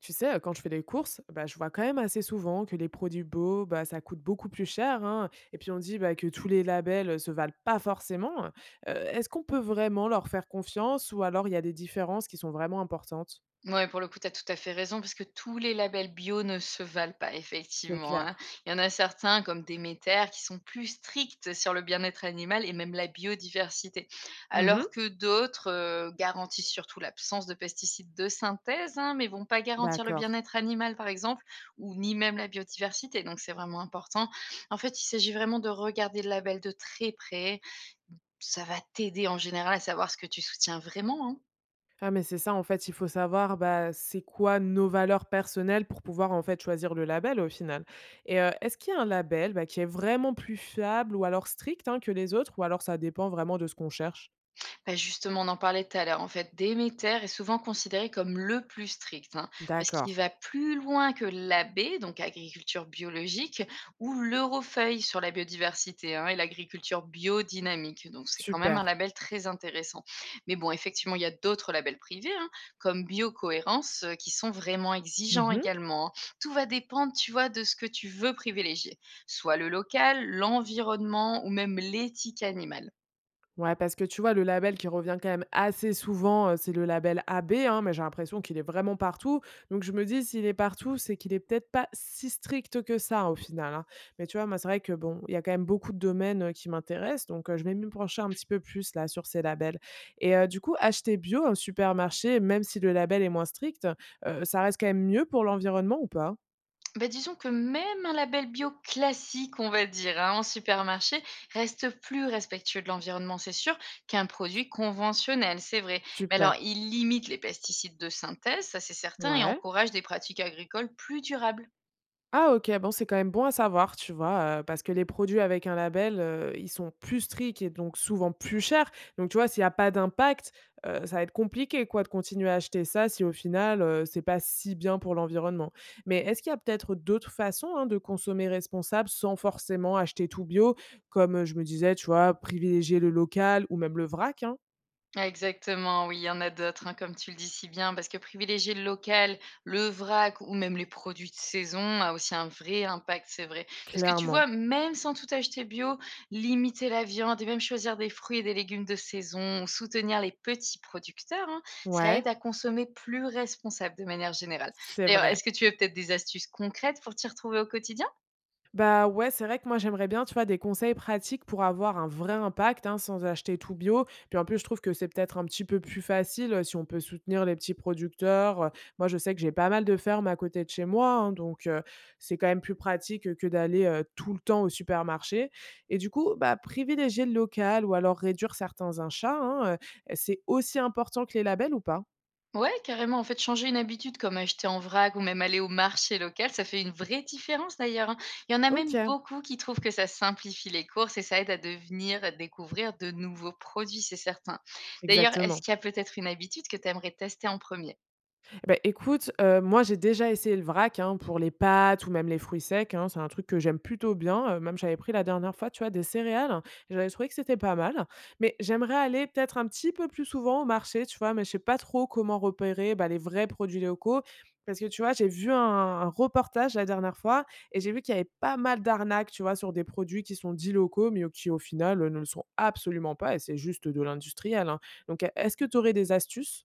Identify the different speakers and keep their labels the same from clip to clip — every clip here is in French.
Speaker 1: Quand je fais des courses, je vois quand même assez souvent que les produits beaux, ça coûte beaucoup plus cher, hein, et puis on dit, que tous les labels, se valent pas forcément. Est-ce qu'on peut vraiment leur faire confiance ou alors il y a des différences qui sont vraiment importantes?
Speaker 2: Ouais, pour le coup, tu as tout à fait raison parce que tous les labels bio ne se valent pas,
Speaker 1: C'est
Speaker 2: effectivement, hein.
Speaker 1: clair.
Speaker 2: Il y en a certains, comme Déméter, qui sont plus stricts sur le bien-être animal et même la biodiversité, alors
Speaker 1: Mmh.
Speaker 2: que d'autres garantissent surtout l'absence de pesticides de synthèse, hein, mais vont pas garantir le
Speaker 1: D'accord.
Speaker 2: bien-être animal, par exemple, ou ni même la biodiversité. Donc, c'est vraiment important. En fait, il s'agit vraiment de regarder le label de très près. Ça va t'aider en général à savoir ce que tu soutiens vraiment, hein.
Speaker 1: Ah mais c'est ça, en fait, il faut savoir, c'est quoi nos valeurs personnelles pour pouvoir en fait choisir le label au final, et est-ce qu'il y a un label, qui est vraiment plus fiable ou alors strict, hein, que les autres, ou alors ça dépend vraiment de ce qu'on cherche?
Speaker 2: Bah, justement, on en parlait tout à l'heure. En fait, Déméter est souvent considéré comme le plus strict, hein, parce
Speaker 1: D'accord.
Speaker 2: qu'il va plus loin que l'AB, donc agriculture biologique, ou l'Eurofeuille sur la biodiversité, hein, et l'agriculture biodynamique. Donc, c'est quand même un
Speaker 1: Super.
Speaker 2: label très intéressant. Mais bon, effectivement, il y a d'autres labels privés, hein, comme Biocohérence, qui sont vraiment exigeants
Speaker 1: Mmh.
Speaker 2: également, hein. Tout va dépendre, tu vois, de ce que tu veux privilégier, soit le local, l'environnement ou même l'éthique animale.
Speaker 1: Ouais, parce que tu vois, le label qui revient quand même assez souvent, c'est le label AB, hein, mais j'ai l'impression qu'il est vraiment partout. Donc je me dis: «S'il est partout, c'est qu'il est peut-être pas si strict que ça, au final, hein». Mais tu vois, moi, c'est vrai que bon, il y a quand même beaucoup de domaines, qui m'intéressent, donc je vais me pencher un petit peu plus là sur ces labels. Et du coup, acheter bio en supermarché, même si le label est moins strict, ça reste quand même mieux pour l'environnement ou pas?
Speaker 2: Bah, disons que même un label bio classique, on va dire, hein, en supermarché, reste plus respectueux de l'environnement, c'est sûr, qu'un produit conventionnel, c'est vrai. Mais alors,
Speaker 1: Super,
Speaker 2: il limite les pesticides de synthèse, ça c'est certain, et
Speaker 1: ouais.
Speaker 2: encourage des pratiques agricoles plus durables.
Speaker 1: Ah OK, bon, c'est quand même bon à savoir, tu vois? Parce que les produits avec un label, ils sont plus stricts et donc souvent plus chers. Donc tu vois, s'il n'y a pas d'impact, ça va être compliqué quoi de continuer à acheter ça si au final, c'est pas si bien pour l'environnement. Mais est-ce qu'il y a peut-être d'autres façons, hein, de consommer responsable sans forcément acheter tout bio? Comme, je me disais, tu vois, privilégier le local ou même le vrac, hein?
Speaker 2: Exactement, oui, il y en a d'autres, hein, comme tu le dis si bien, parce que privilégier le local, le vrac ou même les produits de saison a aussi un vrai impact, c'est vrai. Parce que tu
Speaker 1: Clairement.
Speaker 2: vois, même sans tout acheter bio, limiter la viande et même choisir des fruits et des légumes de saison, ou soutenir les petits producteurs, hein, ça
Speaker 1: Ouais,
Speaker 2: aide à consommer plus responsable de manière générale.
Speaker 1: c'est
Speaker 2: D'ailleurs,
Speaker 1: vrai.
Speaker 2: est-ce que tu veux peut-être des astuces concrètes pour t'y retrouver au quotidien?
Speaker 1: Bah, ouais, c'est vrai que moi, j'aimerais bien, tu vois, des conseils pratiques pour avoir un vrai impact, hein, sans acheter tout bio. Puis en plus, je trouve que c'est peut-être un petit peu plus facile, si on peut soutenir les petits producteurs, Moi, je sais que j'ai pas mal de fermes à côté de chez moi, hein, donc c'est quand même plus pratique, que d'aller, tout le temps au supermarché, et du coup, privilégier le local ou alors réduire certains achats, hein, c'est aussi important que les labels ou pas?
Speaker 2: Ouais, carrément. En fait, changer une habitude comme acheter en vrac ou même aller au marché local, ça fait une vraie différence d'ailleurs, hein. Il y en a même
Speaker 1: OK,
Speaker 2: beaucoup qui trouvent que ça simplifie les courses et ça aide à devenir, à découvrir de nouveaux produits, c'est certain. D'ailleurs, est-ce
Speaker 1: exactement.
Speaker 2: qu'il y a peut-être une habitude que tu aimerais tester en premier?
Speaker 1: Eh beh, écoute, moi, j'ai déjà essayé le vrac, hein, pour les pâtes ou même les fruits secs, hein. C'est un truc que j'aime plutôt bien, même j'avais pris la dernière fois, tu vois, des céréales. Hein, et j'avais trouvé que c'était pas mal, mais j'aimerais aller peut-être un petit peu plus souvent au marché, tu vois? Mais je sais pas trop comment repérer, les vrais produits locaux parce que, tu vois, j'ai vu un reportage la dernière fois et j'ai vu qu'il y avait pas mal d'arnaques, tu vois, sur des produits qui sont dits locaux, mais qui, au final, ne le sont absolument pas, et c'est juste de l'industriel, hein. Donc, est-ce que tu aurais des astuces?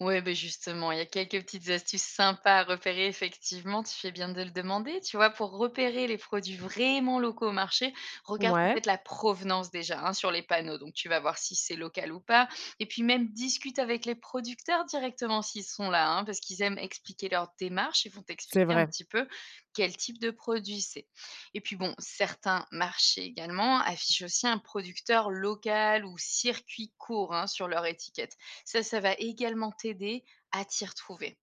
Speaker 2: Ouais, ben justement, il y a quelques petites astuces sympas à repérer, effectivement, tu fais bien de le demander. Tu vois, pour repérer les produits vraiment locaux au marché, regarde
Speaker 1: Ouais,
Speaker 2: peut-être la provenance déjà, hein, sur les panneaux. Donc, tu vas voir si c'est local ou pas. Et puis, même discute avec les producteurs directement s'ils sont là, hein, parce qu'ils aiment expliquer leur démarche. Ils vont
Speaker 1: c'est
Speaker 2: t'expliquer un
Speaker 1: vrai.
Speaker 2: petit peu quel type de produit c'est. Et puis, bon, certains marchés également affichent aussi un producteur local ou circuit court, hein, sur leur étiquette. Ça va également t'aider à t'y retrouver.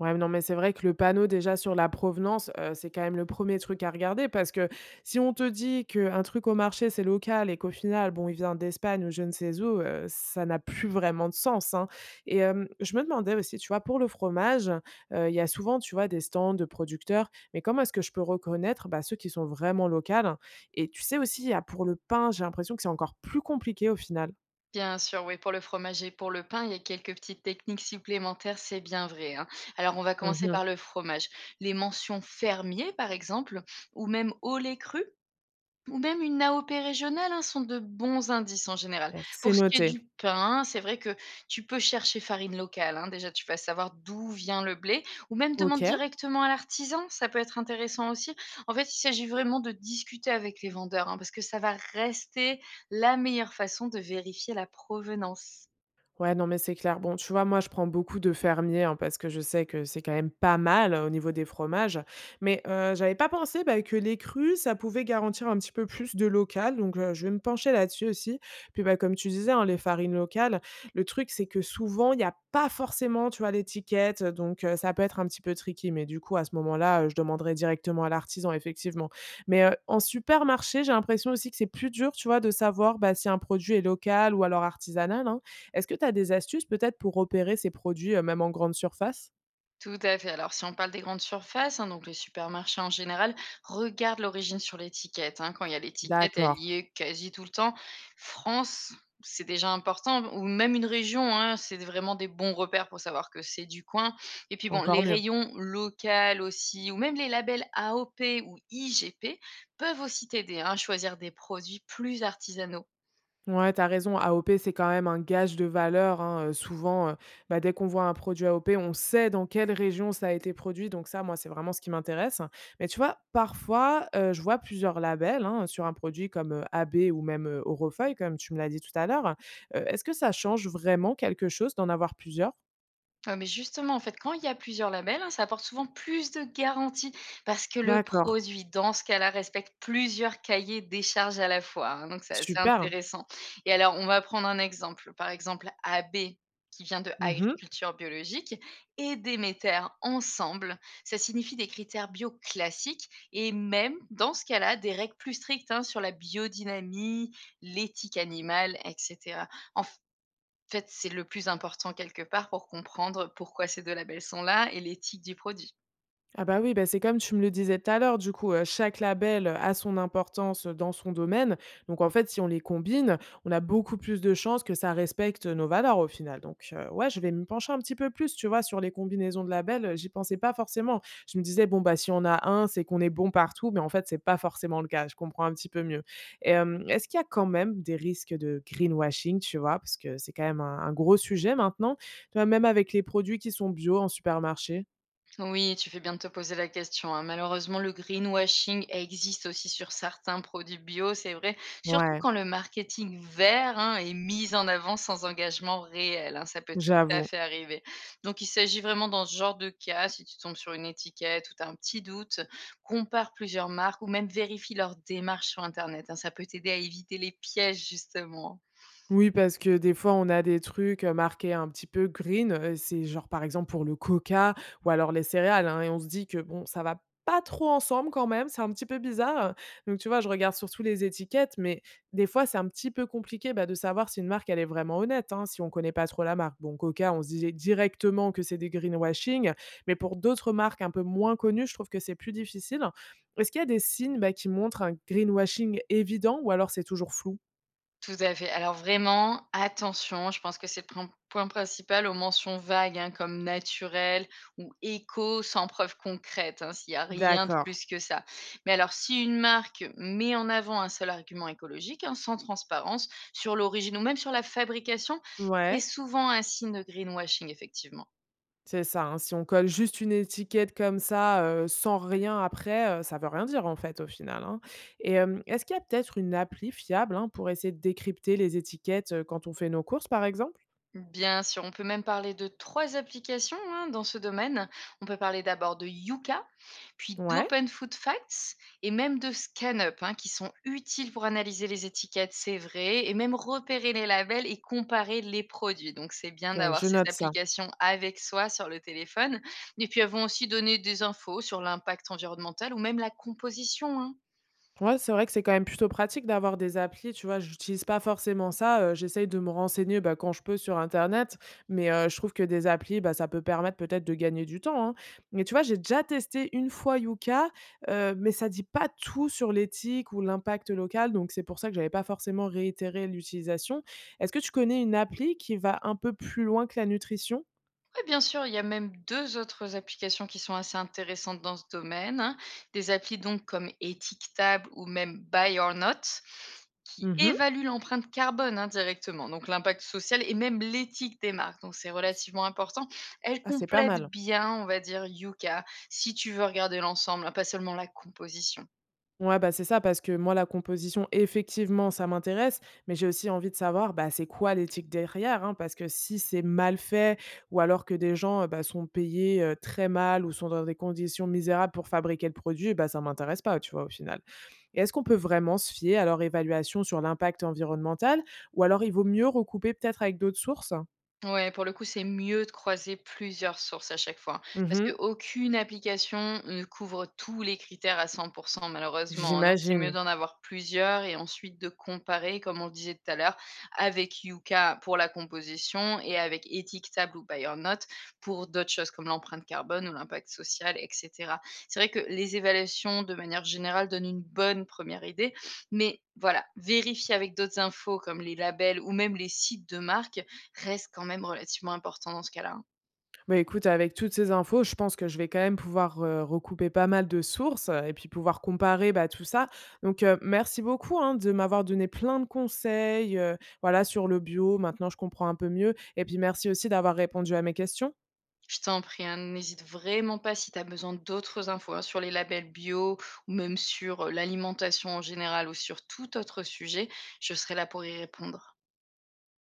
Speaker 1: Ouais, non, mais c'est vrai que le panneau déjà sur la provenance, c'est quand même le premier truc à regarder, parce que si on te dit qu'un truc au marché, c'est local et qu'au final, bon, il vient d'Espagne ou je ne sais où, ça n'a plus vraiment de sens, hein. Et hem, je me demandais aussi, tu vois, pour le fromage, il y a souvent, tu vois, des stands de producteurs, mais comment est-ce que je peux reconnaître, ceux qui sont vraiment locaux? Et tu sais aussi, ah, pour le pain, j'ai l'impression que c'est encore plus compliqué au final.
Speaker 2: Bien sûr, oui, pour le fromage et pour le pain, il y a quelques petites techniques supplémentaires, c'est bien vrai, hein. Alors, on va commencer
Speaker 1: Mmh.
Speaker 2: par le fromage. Les mentions fermier, par exemple, ou même au lait cru, ou même une AOP régionale, hein, sont de bons indices en général.
Speaker 1: OK.
Speaker 2: Pour
Speaker 1: C'est
Speaker 2: ce qui est
Speaker 1: noté.
Speaker 2: du pain, c'est vrai que tu peux chercher farine locale, hein, déjà tu vas savoir d'où vient le blé, ou même demande
Speaker 1: OK.
Speaker 2: directement à l'artisan, ça peut être intéressant aussi. En fait, il s'agit vraiment de discuter avec les vendeurs, hein, parce que ça va rester la meilleure façon de vérifier la provenance.
Speaker 1: Ouais, non, mais c'est clair. Bon, tu vois, moi, je prends beaucoup de fermiers, hein, parce que je sais que c'est quand même pas mal au niveau des fromages. Mais j'avais pas pensé, que les crus, ça pouvait garantir un petit peu plus de local. Donc, je vais me pencher là-dessus aussi. Puis, comme tu disais, hein, les farines locales, le truc, c'est que souvent, il n'y a pas forcément, tu vois, l'étiquette. Donc, ça peut être un petit peu tricky. Mais du coup, à ce moment-là, je demanderai directement à l'artisan, effectivement. Mais en supermarché, j'ai l'impression aussi que c'est plus dur, tu vois, de savoir, si un produit est local ou alors artisanal, hein. Est-ce que tu as des astuces peut-être pour repérer ces produits, même en grande surface?
Speaker 2: Tout à fait. Alors, si on parle des grandes surfaces, hein, donc les supermarchés en général, regarde l'origine sur l'étiquette, hein. Quand il y a l'étiquette, elle
Speaker 1: D'accord,
Speaker 2: y est quasi tout le temps. France, c'est déjà important, ou même une région, hein, c'est vraiment des bons repères pour savoir que c'est du coin. Et puis, bon, les
Speaker 1: encore mieux.
Speaker 2: rayons locaux aussi, ou même les labels AOP ou IGP peuvent aussi t'aider, hein, à choisir des produits plus artisanaux.
Speaker 1: Ouais, tu as raison, AOP, c'est quand même un gage de valeur, hein, souvent, dès qu'on voit un produit AOP, on sait dans quelle région ça a été produit, donc ça, moi, c'est vraiment ce qui m'intéresse. Mais tu vois, parfois, je vois plusieurs labels, hein, sur un produit comme, AB ou même, Orofeuille, comme tu me l'as dit tout à l'heure. Est-ce que ça change vraiment quelque chose d'en avoir plusieurs?
Speaker 2: Ah, mais justement, en fait, quand il y a plusieurs labels, hein, ça apporte souvent plus de garanties parce que le
Speaker 1: D'accord.
Speaker 2: produit, dans ce cas-là, respecte plusieurs cahiers des charges à la fois, hein, donc, c'est assez
Speaker 1: Super.
Speaker 2: intéressant. Et alors, on va prendre un exemple. Par exemple, AB, qui vient de
Speaker 1: Mmh.
Speaker 2: agriculture biologique, et Déméter ensemble. Ça signifie des critères bio classiques et même, dans ce cas-là, des règles plus strictes, hein, sur la biodynamie, l'éthique animale, etc. En en fait, c'est le plus important quelque part pour comprendre pourquoi ces 2 labels sont là et l'éthique du produit.
Speaker 1: Ah bah oui, bah, c'est comme tu me le disais tout à l'heure, du coup, chaque label a son importance, dans son domaine. Donc en fait, si on les combine, on a beaucoup plus de chances que ça respecte nos valeurs au final. Donc, ouais, je vais me pencher un petit peu plus, tu vois, sur les combinaisons de labels, j'y pensais pas forcément. Je me disais: «Bon, bah, si on a un, c'est qu'on est bon partout», mais en fait, c'est pas forcément le cas. Je comprends un petit peu mieux. Et hem, est-ce qu'il y a quand même des risques de greenwashing, tu vois? Parce que c'est quand même un gros sujet maintenant, tu vois? Même avec les produits qui sont bio en supermarché.
Speaker 2: Oui, tu fais bien de te poser la question, hein. Malheureusement, le greenwashing existe aussi sur certains produits bio, c'est vrai, surtout
Speaker 1: Ouais,
Speaker 2: quand le marketing vert, hein, est mis en avant sans engagement réel, hein, ça peut tout à
Speaker 1: j'avoue.
Speaker 2: fait arriver. Donc il s'agit vraiment dans ce genre de cas, si tu tombes sur une étiquette ou tu as un petit doute, compare plusieurs marques ou même vérifie leur démarche sur internet, hein, ça peut t'aider à éviter les pièges justement.
Speaker 1: Oui, parce que des fois, on a des trucs, marqués un petit peu green, c'est genre, par exemple, pour le coca ou alors les céréales, hein, et on se dit que, bon, ça va pas trop ensemble quand même, c'est un petit peu bizarre, hein. Donc tu vois, je regarde surtout les étiquettes, mais des fois, c'est un petit peu compliqué, de savoir si une marque, elle est vraiment honnête, hein, si on connaît pas trop la marque. Bon, coca, on se dit directement que c'est des greenwashing, mais pour d'autres marques un peu moins connues, je trouve que c'est plus difficile. Est-ce qu'il y a des signes, qui montrent un greenwashing évident ou alors c'est toujours flou?
Speaker 2: Tout à fait. Alors vraiment, attention, je pense que c'est le point principal aux mentions vagues, hein, comme naturel ou éco, sans preuve concrète, hein, s'il n'y a rien de
Speaker 1: D'accord.
Speaker 2: plus que ça. Mais alors, si une marque met en avant un seul argument écologique, hein, sans transparence, sur l'origine ou même sur la fabrication, c'est
Speaker 1: Ouais.
Speaker 2: souvent un signe de greenwashing, effectivement.
Speaker 1: C'est ça, hein, si on colle juste une étiquette comme ça, sans rien après, ça veut rien dire en fait au final, hein. Et hem, est-ce qu'il y a peut-être une appli fiable, hein, pour essayer de décrypter les étiquettes, quand on fait nos courses par exemple?
Speaker 2: Bien sûr, on peut même parler de trois applications, hein, dans ce domaine. On peut parler d'abord de Yuka, puis
Speaker 1: Ouais,
Speaker 2: d'Open Food Facts et même de ScanUp, hein, qui sont utiles pour analyser les étiquettes, c'est vrai, et même repérer les labels et comparer les produits. Donc, c'est bien
Speaker 1: OK,
Speaker 2: d'avoir
Speaker 1: je
Speaker 2: ces
Speaker 1: note ça.
Speaker 2: applications avec soi sur le téléphone. Et puis, elles vont aussi donner des infos sur l'impact environnemental ou même la composition, hein.
Speaker 1: Ouais, c'est vrai que c'est quand même plutôt pratique d'avoir des applis, tu vois? J'utilise pas forcément ça, j'essaye de me renseigner, quand je peux sur internet, mais je trouve que des applis, ça peut permettre peut-être de gagner du temps, hein. Mais tu vois, j'ai déjà testé une fois Yuka, mais ça dit pas tout sur l'éthique ou l'impact local, donc c'est pour ça que j'avais pas forcément réitéré l'utilisation. Est-ce que tu connais une appli qui va un peu plus loin que la nutrition?
Speaker 2: Ouais, bien sûr, il y a même 2 autres applications qui sont assez intéressantes dans ce domaine, hein. Des applis donc comme Étiquetable ou même Buy or Not, qui
Speaker 1: Mmh.
Speaker 2: évaluent l'empreinte carbone, hein, directement, donc l'impact social et même l'éthique des marques. Donc c'est relativement important. Elles
Speaker 1: Ah, c'est pas
Speaker 2: complètent
Speaker 1: mal.
Speaker 2: bien, on va dire, Yuka, si tu veux regarder l'ensemble, hein, pas seulement la composition.
Speaker 1: Ouais, bah, c'est ça parce que moi la composition effectivement ça m'intéresse, mais j'ai aussi envie de savoir, c'est quoi l'éthique derrière, hein? Parce que si c'est mal fait ou alors que des gens, sont payés, très mal ou sont dans des conditions misérables pour fabriquer le produit, ça m'intéresse pas, tu vois, au final. Et est-ce qu'on peut vraiment se fier à leur évaluation sur l'impact environnemental ou alors il vaut mieux recouper peut-être avec d'autres sources?
Speaker 2: Ouais, pour le coup, c'est mieux de croiser plusieurs sources à chaque fois. Parce
Speaker 1: Mmh.
Speaker 2: qu'aucune application ne couvre tous les critères à 100%, malheureusement, hein. Donc, c'est mieux
Speaker 1: J'imagine.
Speaker 2: d'en avoir plusieurs et ensuite de comparer, comme on le disait tout à l'heure, avec Yuka pour la composition et avec Étiquetable ou Buyer Note pour d'autres choses comme l'empreinte carbone ou l'impact social, etc. C'est vrai que les évaluations, de manière générale, donnent une bonne première idée. Mais voilà, vérifier avec d'autres infos comme les labels ou même les sites de marque reste quand même relativement important dans ce cas-là, hein.
Speaker 1: Bah, écoute, avec toutes ces infos, je pense que je vais quand même pouvoir, recouper pas mal de sources, et puis pouvoir comparer, tout ça. Donc, merci beaucoup, hein, de m'avoir donné plein de conseils, voilà, sur le bio. Maintenant, je comprends un peu mieux et puis merci aussi d'avoir répondu à mes questions.
Speaker 2: Je t'en prie, hein, n'hésite vraiment pas si tu as besoin d'autres infos, hein, sur les labels bio ou même sur l'alimentation en général ou sur tout autre sujet, je serai là pour y répondre.